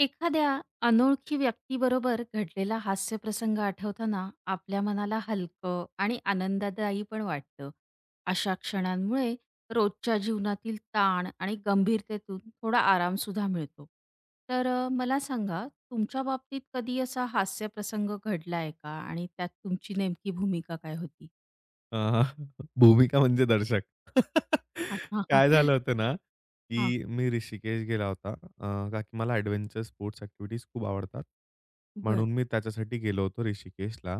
एखाद्या अनोळखी व्यक्तीबरोबर घडलेला हास्यप्रसंग आठवताना आपल्या मनाला हलकं आणि आनंददायी पण वाटतं. अशा क्षणांमुळे रोजच्या जीवनातील ताण आणि गंभीरतेतून थोडा आरामसुद्धा मिळतो. तर मला सांगा, तुमच्या बाबतीत कधी असा हास्यप्रसंग घडला आहे का? आणि त्यात तुमची नेमकी भूमिका काय होती? हां, हां. भूमिका म्हणजे दर्शक. हां, हां, काय हां. झालं होतं ना, हां, की मी ऋषिकेश गेला होता. का की मला एडव्हेंचर स्पोर्ट्स ॲक्टिव्हिटीज खूप आवडतात. बरं. म्हणून मी त्याच्यासाठी गेलो होतो ऋषिकेशला.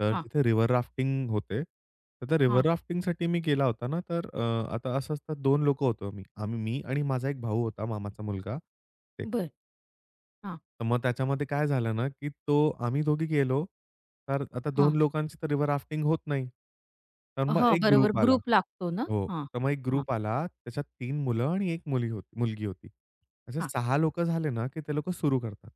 तर हां, तिथे रिव्हर राफ्टिंग होते. तर त्या रिव्हर हां, राफ्टिंगसाठी मी गेला होता ना, आता असं असतात 2 लोकं होतो आम्ही. मी आणि माझा एक भाऊ होता, मामाचा मुलगा. बरं. हां, तर मग त्याच्यामध्ये काय झालं ना, की तो आम्ही दोघी गेलो. तर आता हां. 2 लोकांची तर रिव्हर राफ्टिंग होत नाही. तर मग हो, एक बरोबर ग्रुप आला. ग्रुप लागतो ना? हो. हां, तर मग एक हां, ग्रुप आला. त्याच्यात 3 मुलं आणि 1 मुली होती मुलगी होती. असे हां. 6 लोकं झाले ना, की ते लोकं सुरू करतात.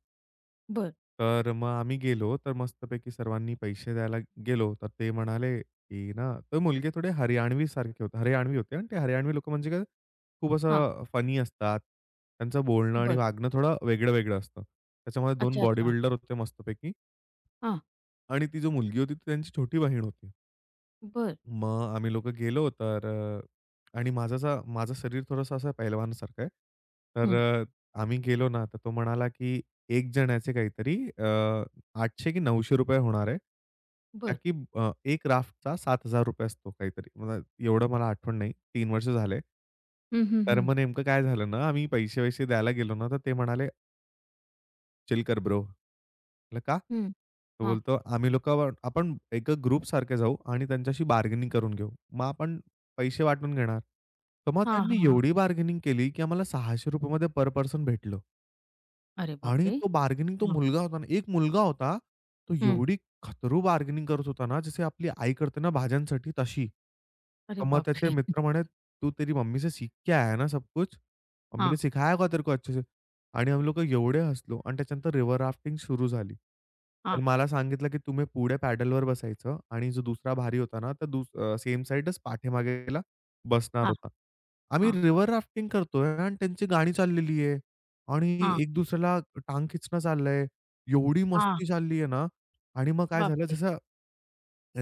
बरं. तर मग आम्ही गेलो, तर मस्तपैकी सर्वांनी पैसे द्यायला गेलो, तर ते म्हणाले, की ना ते मुलगे थोडे हरियाणवी होते आणि ते हरियाणवी लोकं म्हणजे काय खूप असं फनी असतात. त्यांचं बोलणं आणि बरं. वागणं थोडं वेगळं-वेगळं असतं. त्याच्यामध्ये 2 अच्छा, बॉडी अच्छा. बिल्डर होते मस्तपैकी हां. आणि ती जो मुलगी होती ती त्यांची छोटी बहीण होती. बरं. मग आम्ही लोकं गेलो आणि माझं शरीर थोडंसं असं पैलवानासारखं आहे. तर हं. अ, आम्ही गेलो ना, तर तो म्हणाला, की एक जणाचे काहीतरी 800 की ₹900 होणार आहे. का बरं. की एक राफ्टचा ₹7000 असतो काहीतरी. मला आठवण नाही. 3 वर्ष झाले. हं, हं, तर हं. मग नेमकं काय झालं ना, आम्ही पैसे-वैसे द्यायला गेलो ना, तर ते म्हणाले, "चिल कर ब्रो." म्हटलं "का?" हं. तो हां. बोलतो, "आम्ही लोकं आपण एक ग्रुपसारखे जाऊ आणि त्यांच्याशी बार्गेनिंग करून घेऊ. मग आपण पैसे वाटून घेणार." तर मग हां, त्यांनी हां, हां. एवढी बार्गेनिंग केली, की आम्हाला ₹600 मध्ये पर पर्सन भेटलं. अरे आणि बापरे! तो बार्गेनिंग तो हां. मुलगा होता ना, एक मुलगा होता. तो हं. एवढी खतरू बार्गेनिंग करत होता ना, जसे आपली आई करते ना भाज्यांसाठी तशी. अरे तर मग त्याचे बापरे! मित्र म्हणे, "तू तेरी मम्मी से सीख के आया है ना सब कुछ? मम्मी हां, ने सिखाया होगा तेरे को अच्छे से." आणि आम्ही लोकं एवढे हसलो आणि त्याच्यानंतर रिव्हर राफ्टिंग सुरू झाली. तर हां, मला सांगितलं, की तुम्ही पुढे पॅडलवर बसायचं आणि जो दुसरा भारी होता ना, तर सेम साइडच पाठीमागेला बसणार हां, होता. आम्ही हां, रिव्हर राफ्टिंग करतोय आणि त्यांची गाणी चाललेली आहे. आणि हां, एक दुसऱ्याला टांग खिचणं चाललंय. एवढी हां. मस्ती चालली आहे ना आणि मग काय झालं बापरे! जसं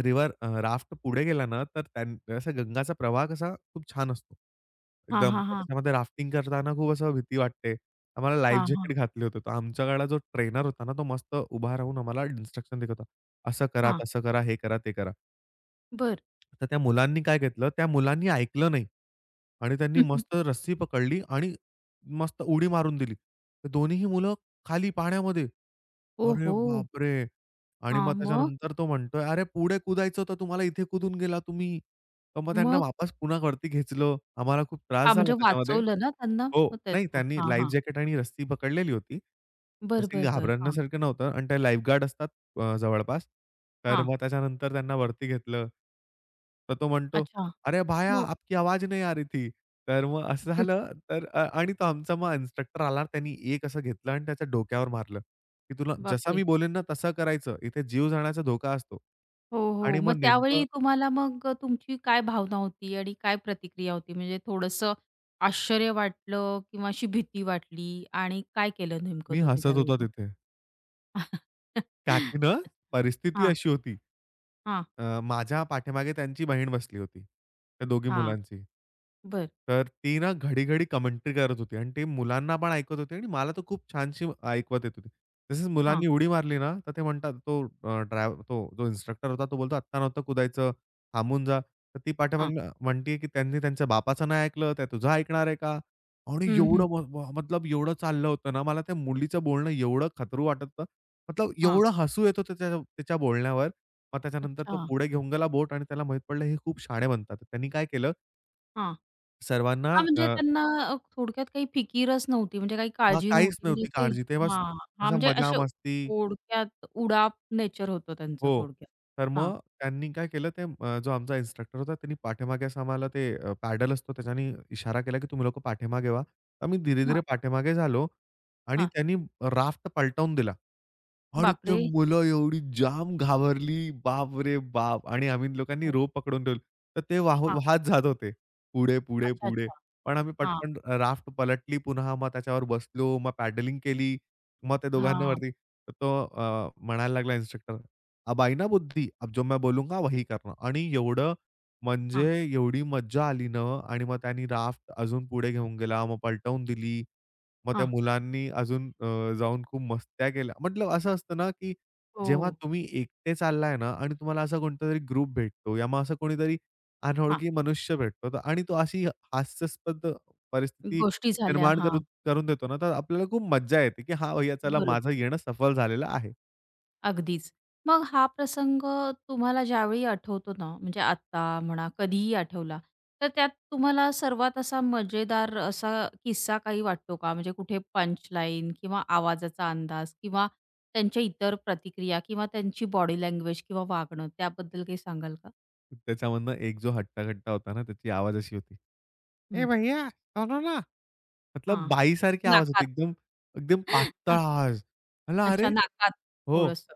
राफ्ट पुढे गेला ना, तर असा गंगाचा प्रवाह कसा खूप छान असतो. हां, एकदम हां, तर हां, त्याच्यामध्ये राफ्टिंग करताना खूप असं भीती वाटते. आम्हाला लाईफ हां, हां, जॅकेट घातले होते. तर आमच्याकडला जो ट्रेनर होता ना, तो मस्त उभा राहून आम्हाला इन्स्ट्रक्शन देत होता. असं करा, हां. तसं करा, हे करा, ते करा. बरं. तर त्या मुलांनी काय घेतलं, त्या मुलांनी ऐकलं नाही आणि त्यांनी मस्त रस्सी पकडली आणि मस्त उडी मारून दिली. तर दोन्हीही मुलं खाली पाण्यामध्ये. अरे ओहो! बापरे! आणि हां. मग मग? त्याच्यानंतर तो म्हणतोय, "अरे पुढे कुदायचं होतं तुम्हाला, इथे कुदून गेला तुम्ही." तर मग त्यांना मग? वापस पुन्हा वरती खेचलं. आम्हाला खूप त्रास हां, झाला म्हणजे त्याच्यामध्ये. वाचवलं ना त्यांना? हो. मग ते नाही त्यांनी हां, लाईफ हां. जॅकेट आणि रस्सी पकडलेली होती. बरं, तसं बरं, बरं. हां, घाबरण्यासारखं नव्हतं आणि ते लाईफगार्ड असतात जवळपास. तर हां. मग त्याच्यानंतर त्यांना वरती घेतलं. तर तो म्हणतो, अच्छा. "अरे भाया, मग? आपकी आवाज नहीं आ रही थी." तर मग असं झालं आणि तो आमचा मग इन्स्ट्रक्टर आला. त्यांनी एक असं घेतलं आणि त्याच्या डोक्यावर मारलं, की "तुला जसं बापरे! मी बोलेन ना तसं करायचं. इथे जीव जाण्याचा धोका असतो." हो, हो. आणि मग मग नेमकं त्यावेळी तुम्हाला मग तुमची काय भावना होती आणि काय प्रतिक्रिया होती? म्हणजे थोडंसं आश्चर्य वाटलं किंवा अशी भीती वाटली आणि काय केलं नेमकं मी तुम्ही हसत त्यावेळी होतो मग? तिथे. का की ना परिस्थिती हां, अशी होती. हां, माझ्या पाठीमागे त्यांची बहीण बसली होती, त्या दोघी हां. मुलांची. बरं. तर ती ना घडी-घडी कमेंट्री करत होती आणि ती मुलांना पण ऐकत होती आणि मला तर खूप छानशी ऐकवत येत होती. तसेच हां, मुलांनी उडी मारली ना, तर ते म्हणतात तो अ, ड्रायव्ह तो जो इन्स्ट्रक्टर होता तो बोलतो, "आत्ता नव्हतं कुदायचं, थांबून जा." तर ती हां. पाठीमागनं म्हणतीये की त्यांनी त्यांच्या बापाचं नाही ऐकलं, त्या तुझं ऐकणार आहे का? आणि हं, हं. एवढं म म मतलब एवढं चाललं होतं ना, मला त्या मुलीचं बोलणं एवढं खतरू वाटत होतं. मतलब हां. एवढं हसू येत होतं त्या तिच्या बोलण्यावर. मग त्याच्यानंतर अच्छा. तो पुढे घेऊन गेला बोट आणि त्याला माहीत पडलं हे खूप शाणे बनतात. त्यांनी काय केलं हां. सर्वांना हां, अ, म्हणजे त्यांना थोडक्यात काही फिकीरच नव्हती, म्हणजे काही हां, काळजी काहीच नव्हती. म्हणजे नव्हती असे काळजी. तेव्हा हां, हां. असा म्हणजे असे मजा-मस्ती थोडक्यात उडाप नेचर होतं त्यांचं हो. थोडक्यात. तर हां, मग त्यांनी काय केलं जो आमचा इन्स्ट्रक्टर होता त्यांनी पाठीमागे असं आम्हाला पॅडल असतो त्याच्याने इशारा केला, की तुम्ही लोकं पाठीमागे व्हा. तर आम्ही हां, धीरे-धीरे पाठीमागे झालो आणि हां. त्यांनी राफ्ट पलटवून दिला. आणि ते बापरे! मुलं एवढी जाम घाबरली, बाप रे बाप! आणि आम्ही लोकांनी हो. रोप पकडून ठेवली. तर ते वाहत जात होते. पुढे, पुढे, अच्छा, पुढे. अच्छा. पण आम्ही हां, पटकन राफ्ट पलटली पुन्हा. मग त्याच्यावर बसलो. मग पॅडलिंग केली. मग ते दोघांना हां, वरती तर तो म्हणायला लागला इन्स्ट्रक्टर, "अब आई ना बुद्धी, अब जो मैं बोलूंगा वही करना." आणि एवढं म्हणजे हां, एवढी मज्जा आली ना आणि मग त्यांनी राफ्ट अजून पुढे घेऊन गेला. मग पलटवून दिली. मग त्या हां. मुलांनी अजून जाऊन खूप मस्त्या केल्या. म्हटलं असं असतं ना, की हो. जेव्हा तुम्ही एकटे चाललाय ना आणि तुम्हाला असा कोणतातरी ग्रुप भेटतो या मग असं कोणीतरी हां. अनोळखी मनुष्य भेटतो तर आणि तो अशी हास्यास्पद परिस्थिती गोष्टी झाल्या. निर्माण हां, करून करून देतो ना, तर आपल्याला खूप मज्जा येते, की "हां भैय्या चला बरोबर. माझं येणं सफल झालेलं आहे." अगदीच. मग हा प्रसंग तुम्हाला ज्यावेळी आठवतो ना, म्हणजे आत्ता म्हणा कधीही आठवला, तर त्यात तुम्हाला सर्वात असा मजेदार असा किस्सा काही वाटतो का? म्हणजे कुठे पंचलाईन किंवा आवाजाचा अंदाज किंवा त्यांच्या इतर प्रतिक्रिया किंवा त्यांची बॉडी लँग्वेज किंवा वागणं त्याबद्दल काही सांगाल का? त्याच्यामधनं एक जो हट्टाकट्टा होता ना, त्याची आवाज अशी होती, "ए हं. भैय्या, सुनो ना." मतलब हां. बाईसारखी आवाज होती. नाकात. एकदम पातळ नाक आवाज. म्हणलं "अरे!" अच्छा नाकात हो. थोडंसं.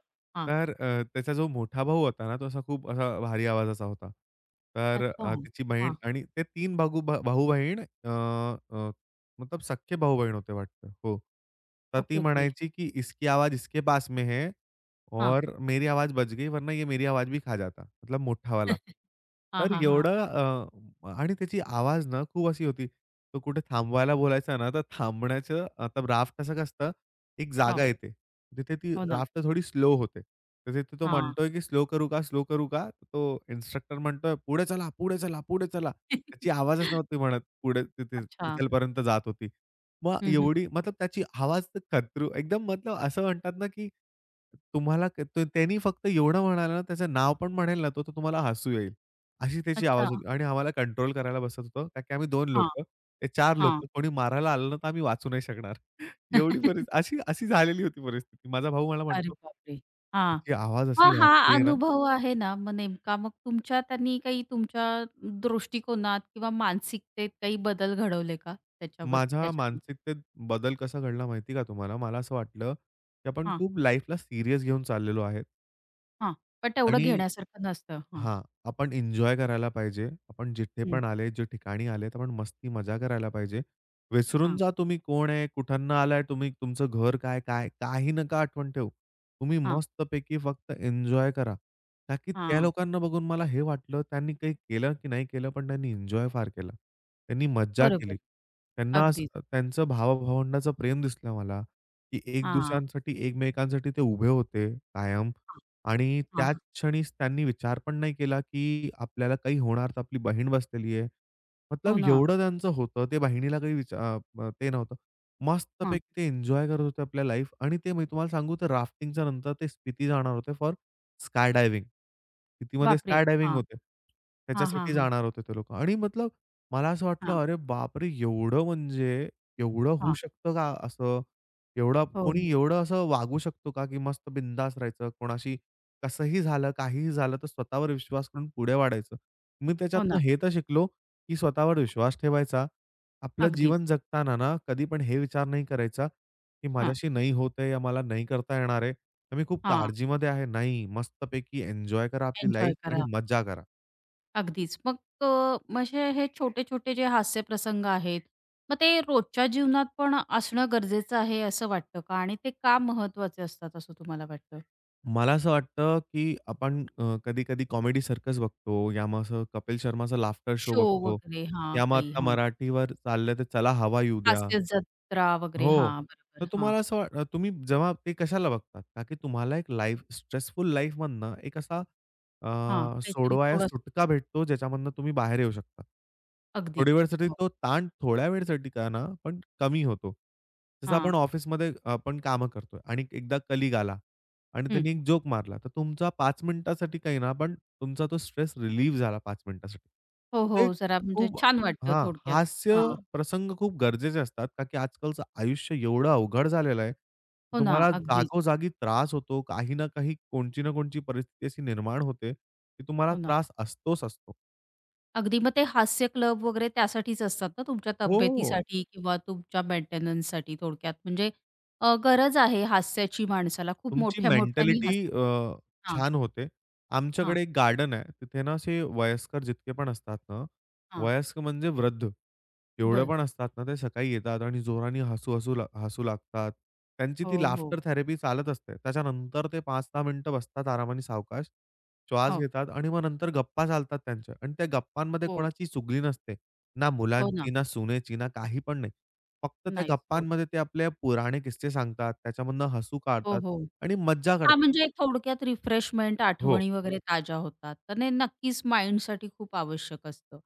त्याचा जो मोठा भाऊ होता ना, तो असा खूप असा भारी आवाजाचा होता. अच्छा. त्याची बहीण हां. आणि ते 3 भाऊ-बहीण अ, अ, मतलब सख्खे भाऊ-बहीण होते वाटतं. हो. तर ती ओके, ओके. म्हणायची की "इसकी आवाज इसके पास में है." हां. और मेरी आवाज़ बच गई, वरना ये मेरी आवाज़ भी खा जाता, मतलब मोठा वाला. हां, हां, हां. आणि त्याची आवाज ना खूप अशी होती. तो कुठे थांबवायला बोलायचा ना, तर थांबण्याचं आता राफ्ट कसं असतं, एक हो, जागा येते. तिथे ती हो ना. राफ्ट थोडी स्लो होते. तर तिथे तो हां. म्हणतोय, की स्लो करू का? स्लो करू का? तर तो इन्स्ट्रक्टर म्हणतोय, "पुढे चला, पुढे चला, पुढे चला." त्याची आवाजच नव्हती म्हणत पुढे तिथे अच्छा. तिथेपर्यंत जात होती. मग हं, हं. एवढी मतलब त्याची आवाज तर खतरू एकदम मतलब असं म्हणतात ना, की तुम्हाला त्यांनी फक्त एवढं म्हणाला ना, त्याचं नाव पण म्हणेल ना तो, तर तुम्हाला हसू येईल. अशी त्याची अच्छा. आवाज होती आणि आम्हाला कंट्रोल करायला बसत होतं. कारण की आम्ही 2 हां, लोकं, ते 4 हां. लोकं. कोणी मारायला आलं ना, तर आम्ही वाचू नाही शकणार. एवढी परिस्थिती अशी अशी झालेली होती परिस्थिती. माझा भाऊ मला अरे म्हणतो, बापरे! हां. "त्याची आवाज अशी मग हा वाटतेय ना" अनुभव आहे ना, मग नेमका मग तुमच्या त्यांनी काही तुमच्या दृष्टिकोनात किंवा मानसिकतेत काही बदल घडवले का? माझ्या त्याच्यातून? मानसिकतेत बदल कसा घडला माहिती का तुम्हाला? मला असं वाटलं, की आपण हां, खूप लाईफला सीरियस घेऊन चाललेलो आहे हां. पण तेवढं आणि घेण्यासारखं नसतं. हां. हां, आपण एन्जॉय करायला पाहिजे. आपण जिथे हं. पण आले, जे ठिकाणी आलेत, आपण मस्ती मजा करायला पाहिजे. विसरून हां, जा तुम्ही कोण आहे, कुठून आलाय तुम्ही, तुमचं घर काय, काय काही नका आठवण ठेवू. तुम्ही हां, मस्तपैकी फक्त एन्जॉय करा. का की त्या हां. लोकांना बघून मला हे वाटलं, त्यांनी काही केलं की नाही केलं, पण त्यांनी एन्जॉय फार केला. त्यांनी मज्जा केली. बरोबर. त्यांना अगदीच. असं त्यांचं भावाभावंडाचं प्रेम दिसलं मला, की एक हां, दुसऱ्यांसाठी एकमेकांसाठी ते उभे होते कायम. हां, आणि त्याच हां. क्षणीच त्यांनी विचार पण नाही केला, की आपल्याला काही होणार तर आपली बहीण बसलेली आहे. हो मतलब ना. एवढं त्यांचं होतं, ते बहिणीला काही विचा अ, अ, ते नव्हतं. हां. मस्तपैकी ते एन्जॉय करत होते आपल्या लाईफ आणि ते मी तुम्हाला सांगू तर राफ्टिंगच्या नंतर ते स्पिती जाणार होते फॉर स्काय डायव्हिंग. स्पितीमध्ये बापरे! स्काय डायव्हिंग होते. हां, हां, त्याच्यासाठी हां. जाणार होते ते लोकं आणि मतलब मला असं वाटलं, हां, "अरे बापरे! एवढं म्हणजे एवढं होऊ हां. शकतं का असं? एवढं हो, कोणी हो. एवढं असं वागू शकतो का, की मस्त बिंदास राहायचं कोणाशी कसंही झालं, काहीही झालं तर स्वतःवर विश्वास करून पुढे वाढायचं. मी हो त्याच्यातनं ना. हे तर शिकलो, की स्वतःवर विश्वास ठेवायचा. आपलं अगदीच. जीवन जगताना ना, कधी पण हे विचार नाही करायचा, की हां, माझ्याशी नाही होत आहे या मला नाही करता येणार आहे. तर मी खूप हां. काळजीमध्ये आहे. नाही, मस्तपैकी एन्जॉय करा आपली एन्जॉय लाईफ आणि करा. मज्जा करा. अगदीच. मग अ, म्हणजे हे छोटे-छोटे जे हास्यप्रसंग आहेत, मग ते रोजच्या जीवनात पण असणं गरजेचं आहे असं वाटतं का? आणि ते का महत्वाचे असतात असं तुम्हाला वाटतं? मला असं वाटतं, की आपण कधी-कधी कॉमेडी सर्कस बघतो या मग असं कपिल शर्माचा लाफ्टर शो शो बघतो. वगैरे हां, या मग काही आता हां. मराठीवर चाललंय, तर चला हवा येऊ द्या. हास्य जत्रा वगैरे हो. हां, तर बरोबर. हां, तुम्हाला असं वाट तुम्ही जेव्हा ते कशाला बघतात? का की तुम्हाला एक लाईफ स्ट्रेसफुल लाईफमधनं एक असा हां. अ, काहीतरी सोडवाया थोडंसं सुटका भेटतो, ज्याच्यामधनं तुम्ही बाहेर येऊ शकता. थोडी अगदीच. वेळसाठी हो. तो ताण थोड्या वेळसाठी का ना, पण कमी होतो. जसं हां. ऑफिसमध्ये आपण कामं करतोय आणि एकदा कलीग आला आणि हं. त्यांनी एक जोक मारला, तर तुमचा 5 मिनिटासाठी काही ना, पण तुमचा तो स्ट्रेस रिलीव्ह झाला 5 मिनिटासाठी. हो, तर ते हो. जरा म्हणजे खूप छान वाटतं हां, थोडक्यात. हास्य हां. प्रसंग खूप गरजेचे असतात, का की आजकालचं आयुष्य एवढं अवघड झालेलं आहे, की हो ना. तुम्हाला अगदीच. जागोजागी त्रास होतो. काही ना काही कोणची ना कोणची परिस्थिती अशी निर्माण होते, की तुम्हाला हो ना. त्रास असतोच असतो. अगदी मग ते हास्य क्लब वगैरे त्यासाठीच असतात ना, तुमच्या हो. तब्येतीसाठी किंवा तुमच्या मेंटेनन्ससाठी थोडक्यात. म्हणजे गरज आहे हास्याची माणसाला. खूप तुमची मोठ्या-मोठ्याने मेंटॅलिटी हसा. अ, हां, छान होते. हां, आमच्याकडे एक गार्डन आहे. तिथे ना असे वयस्कर जितके पण असतात ना, हां. वयस्क म्हणजे वृद्ध, एवढे बरं. पण असतात ना, ते सकाळी येतात आणि जोराने हसू लागतात. त्यांची हो, ती हो. लाफ्टर थेरपी चालत असते. त्याच्यानंतर ते 5-10 मिनिटं बसतात आरामाने सावकाश, श्वास हो, घेतात आणि मग नंतर गप्पा चालतात त्यांच्या आणि त्या गप्पांमध्ये हो. कोणाची चुगली नसते. ना हो ना. मुलांची, ना सुनेची, ना काही पण नाही. फक्त त्या नाहीच. हो. गप्पांमध्ये ते आपले पुराणे किस्से सांगतात. त्याच्यामधनं हसू हो, काढतात. हो. आणि मज्जा हां, करतात. म्हणजे थोडक्यात रिफ्रेशमेंट, हो. आठवणी वगैरे ताज्या होतात. तर ते नक्कीच माइंडसाठी खूप आवश्यक असतं.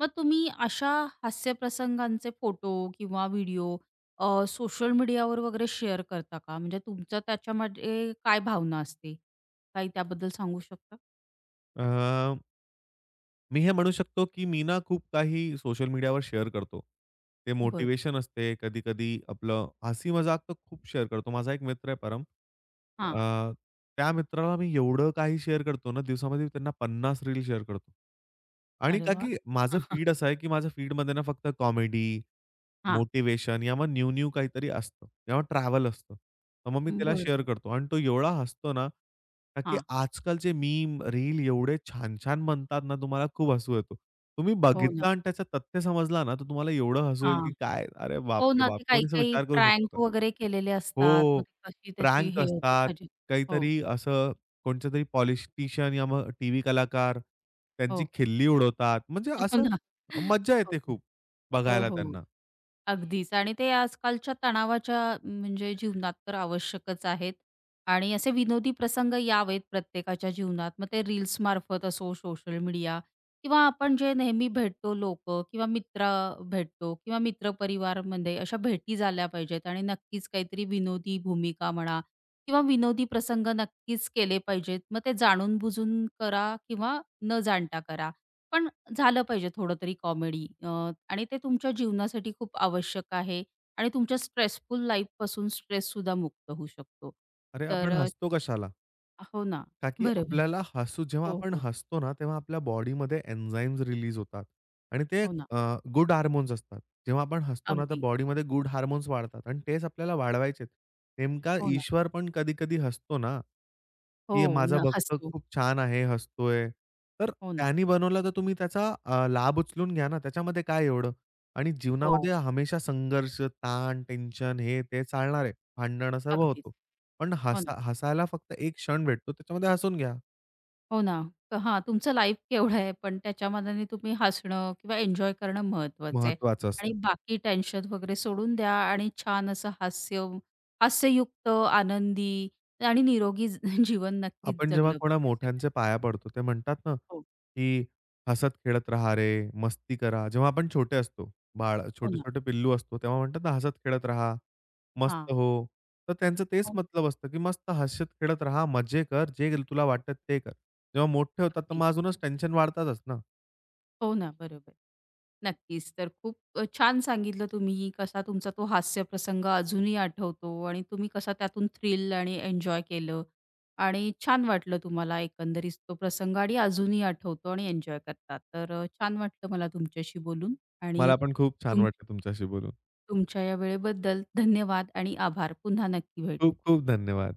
मग तुम्ही अशा हास्य प्रसंगांचे फोटो किंवा व्हिडिओ सोशल मीडियावर वगैरे शेअर करता का? म्हणजे तुमचं त्याच्यामध्ये काय भावना असते? काही त्याबद्दल सांगू शकता? अ, मी हे म्हणू शकतो, की मी ना खूप काही सोशल मीडियावर शेअर करतो. ते बरं. मोटिव्हेशन असते, कधी-कधी आपलं हसी मजाक तर खूप शेअर करतो. माझा एक मित्र आहे परम. हां. अ, त्या मित्राला मी एवढं काही शेअर करतो ना, दिवसामध्ये मी त्यांना 50 रील शेअर करतो. आणि अरे का वाह! की माझं फीड असं आहे, की माझ्या फीडमध्ये ना फक्त कॉमेडी हां. मोटिव्हेशन या मग न्यू-न्यू काहीतरी असतं किंवा ट्रॅव्हल असतं. तर मग मी त्याला बरं. शेअर करतो आणि तो एवढा हसतो ना, का की हां. आजकालचे मीम, रील एवढे छान-छान बनतात ना, तुम्हाला खूप हसू येतो. तुम्ही हो ना. बघितला आणि त्याचं तथ्य समजला ना, तर तुम्हाला एवढं हसू येईल हां. की काय, अरे हो बापरे ना, बाप! ते कोणी असा काही-काही विचार करू शकतो प्रँक का? वगैरे केलेले असतात. हो, मग ते कशी त्याची प्रँक हे होते असतात, फजिती. हो, काहीतरी असं कोणच्यातरी पॉलिटिशियन या मग टीव्ही कलाकार त्यांची हो. खिल्ली उडवतात. म्हणजे हो असं ना. मज्जा येते खूप हो, बघायला हो, हो. त्यांना. अगदीच आणि ते आजकालच्या तणावाच्या म्हणजे जीवनात तर आवश्यकच आहेत आणि असे विनोदी प्रसंग यावेत प्रत्येकाच्या जीवनात. मग ते रील्समार्फत असो, सोशल मीडिया किंवा आपण जे नेहमी भेटतो लोक, किंवा मित्र भेटतो किंवा मित्रपरिवारमध्ये अशा भेटी झाल्या पाहिजेत आणि नक्कीच काहीतरी विनोदी भूमिका म्हणा किंवा विनोदी प्रसंग नक्कीच केले पाहिजेत. मग ते जाणून-बुजून करा किंवा न जाणता करा. पण झालं पाहिजे थोडं तरी कॉमेडी आणि ते तुमच्या जीवनासाठी खूप आवश्यक आहे आणि तुमच्या स्ट्रेसफुल लाईफपासून स्ट्रेससुद्धा मुक्त होऊ शकतो. अरे, आपण तर हसतो कशाला? हो ना. का की बरोबर. आपल्याला हसू जेव्हा हो, आपण हो. हसतो ना, तेव्हा आपल्या बॉडीमध्ये एन्झाइम्स रिलीज होतात आणि ते हो ना. अ, गुड हार्मोन्स असतात. जेव्हा आपण हसतो ना, तर अगदी. बॉडीमध्ये गुड हार्मोन्स वाढतात आणि तेच आपल्याला वाढवायचेत. नेमका हो ना. ईश्वर पण कधी-कधी हसतो ना, हो की माझा ना. भक्त हसतो. खूप छान आहे, हसतोय. तर हो ना. त्यानी बनवलं तर तुम्ही त्याचा लाभ उचलून घ्या ना. त्याच्यामध्ये काय एवढं? आणि जीवनामध्ये हो. हमेशा संघर्ष, ताण, टेन्शन हे ते चालणार आहे. भांडणं सर्व अगदीच. होतो. पण हो ना. हसायला फक्त एक क्षण भेटतो, त्याच्यामध्ये हसून घ्या. हो ना. तर हां, तुमचं लाईफ केवढं आहे, पण त्याच्यामानाने तुम्ही हसणं किंवा एन्जॉय करणं महत्त्वाचं आहे महत्वाचं असतं. आणि बाकी टेन्शन वगैरे सोडून द्या आणि छान असं हास्य हास्ययुक्त, आनंदी आणि निरोगी जीवन नक्कीच आपण जेव्हा जगलं कोणा पाहिजे मोठ्यांचे सगळ्यांनी. पाया पडतो, ते म्हणतात ना, हो, की "हसत खेळत राहा रे, मस्ती करा." जेव्हा आपण छोटे असतो, बाळ हो ना. छोटे-छोटे पिल्लू असतो, तेव्हा म्हणतात ना, "हसत खेळत राहा, हां, मस्त हो." तर त्यांचं तेच हो, मतलब असतं, की मस्त हसत खेळत राहा, मजे कर, जे तुला वाटतं ते कर. जेव्हा मोठे होतात, तर अगदी. मग अजूनच टेन्शन वाढतातच ना. हो ना, बरोबर. नक्कीच. तर खूप छान सांगितलं तुम्ही, कसा तुमचा तो हास्यप्रसंग अजूनही आठवतो आणि तुम्ही कसा त्यातून थ्रिल आणि एन्जॉय केलं आणि छान वाटलं तुम्हाला एकंदरीत तो प्रसंग आणि अजूनही आठवतो आणि एन्जॉय करता. तर छान वाटलं मला तुमच्याशी बोलून आणि मला पण खूप छान तुम वाटलं तुमच्याशी बोलून. तुमच्या या वेळेबद्दल धन्यवाद आणि आभार. पुन्हा नक्की भेटू. खूप खूप धन्यवाद.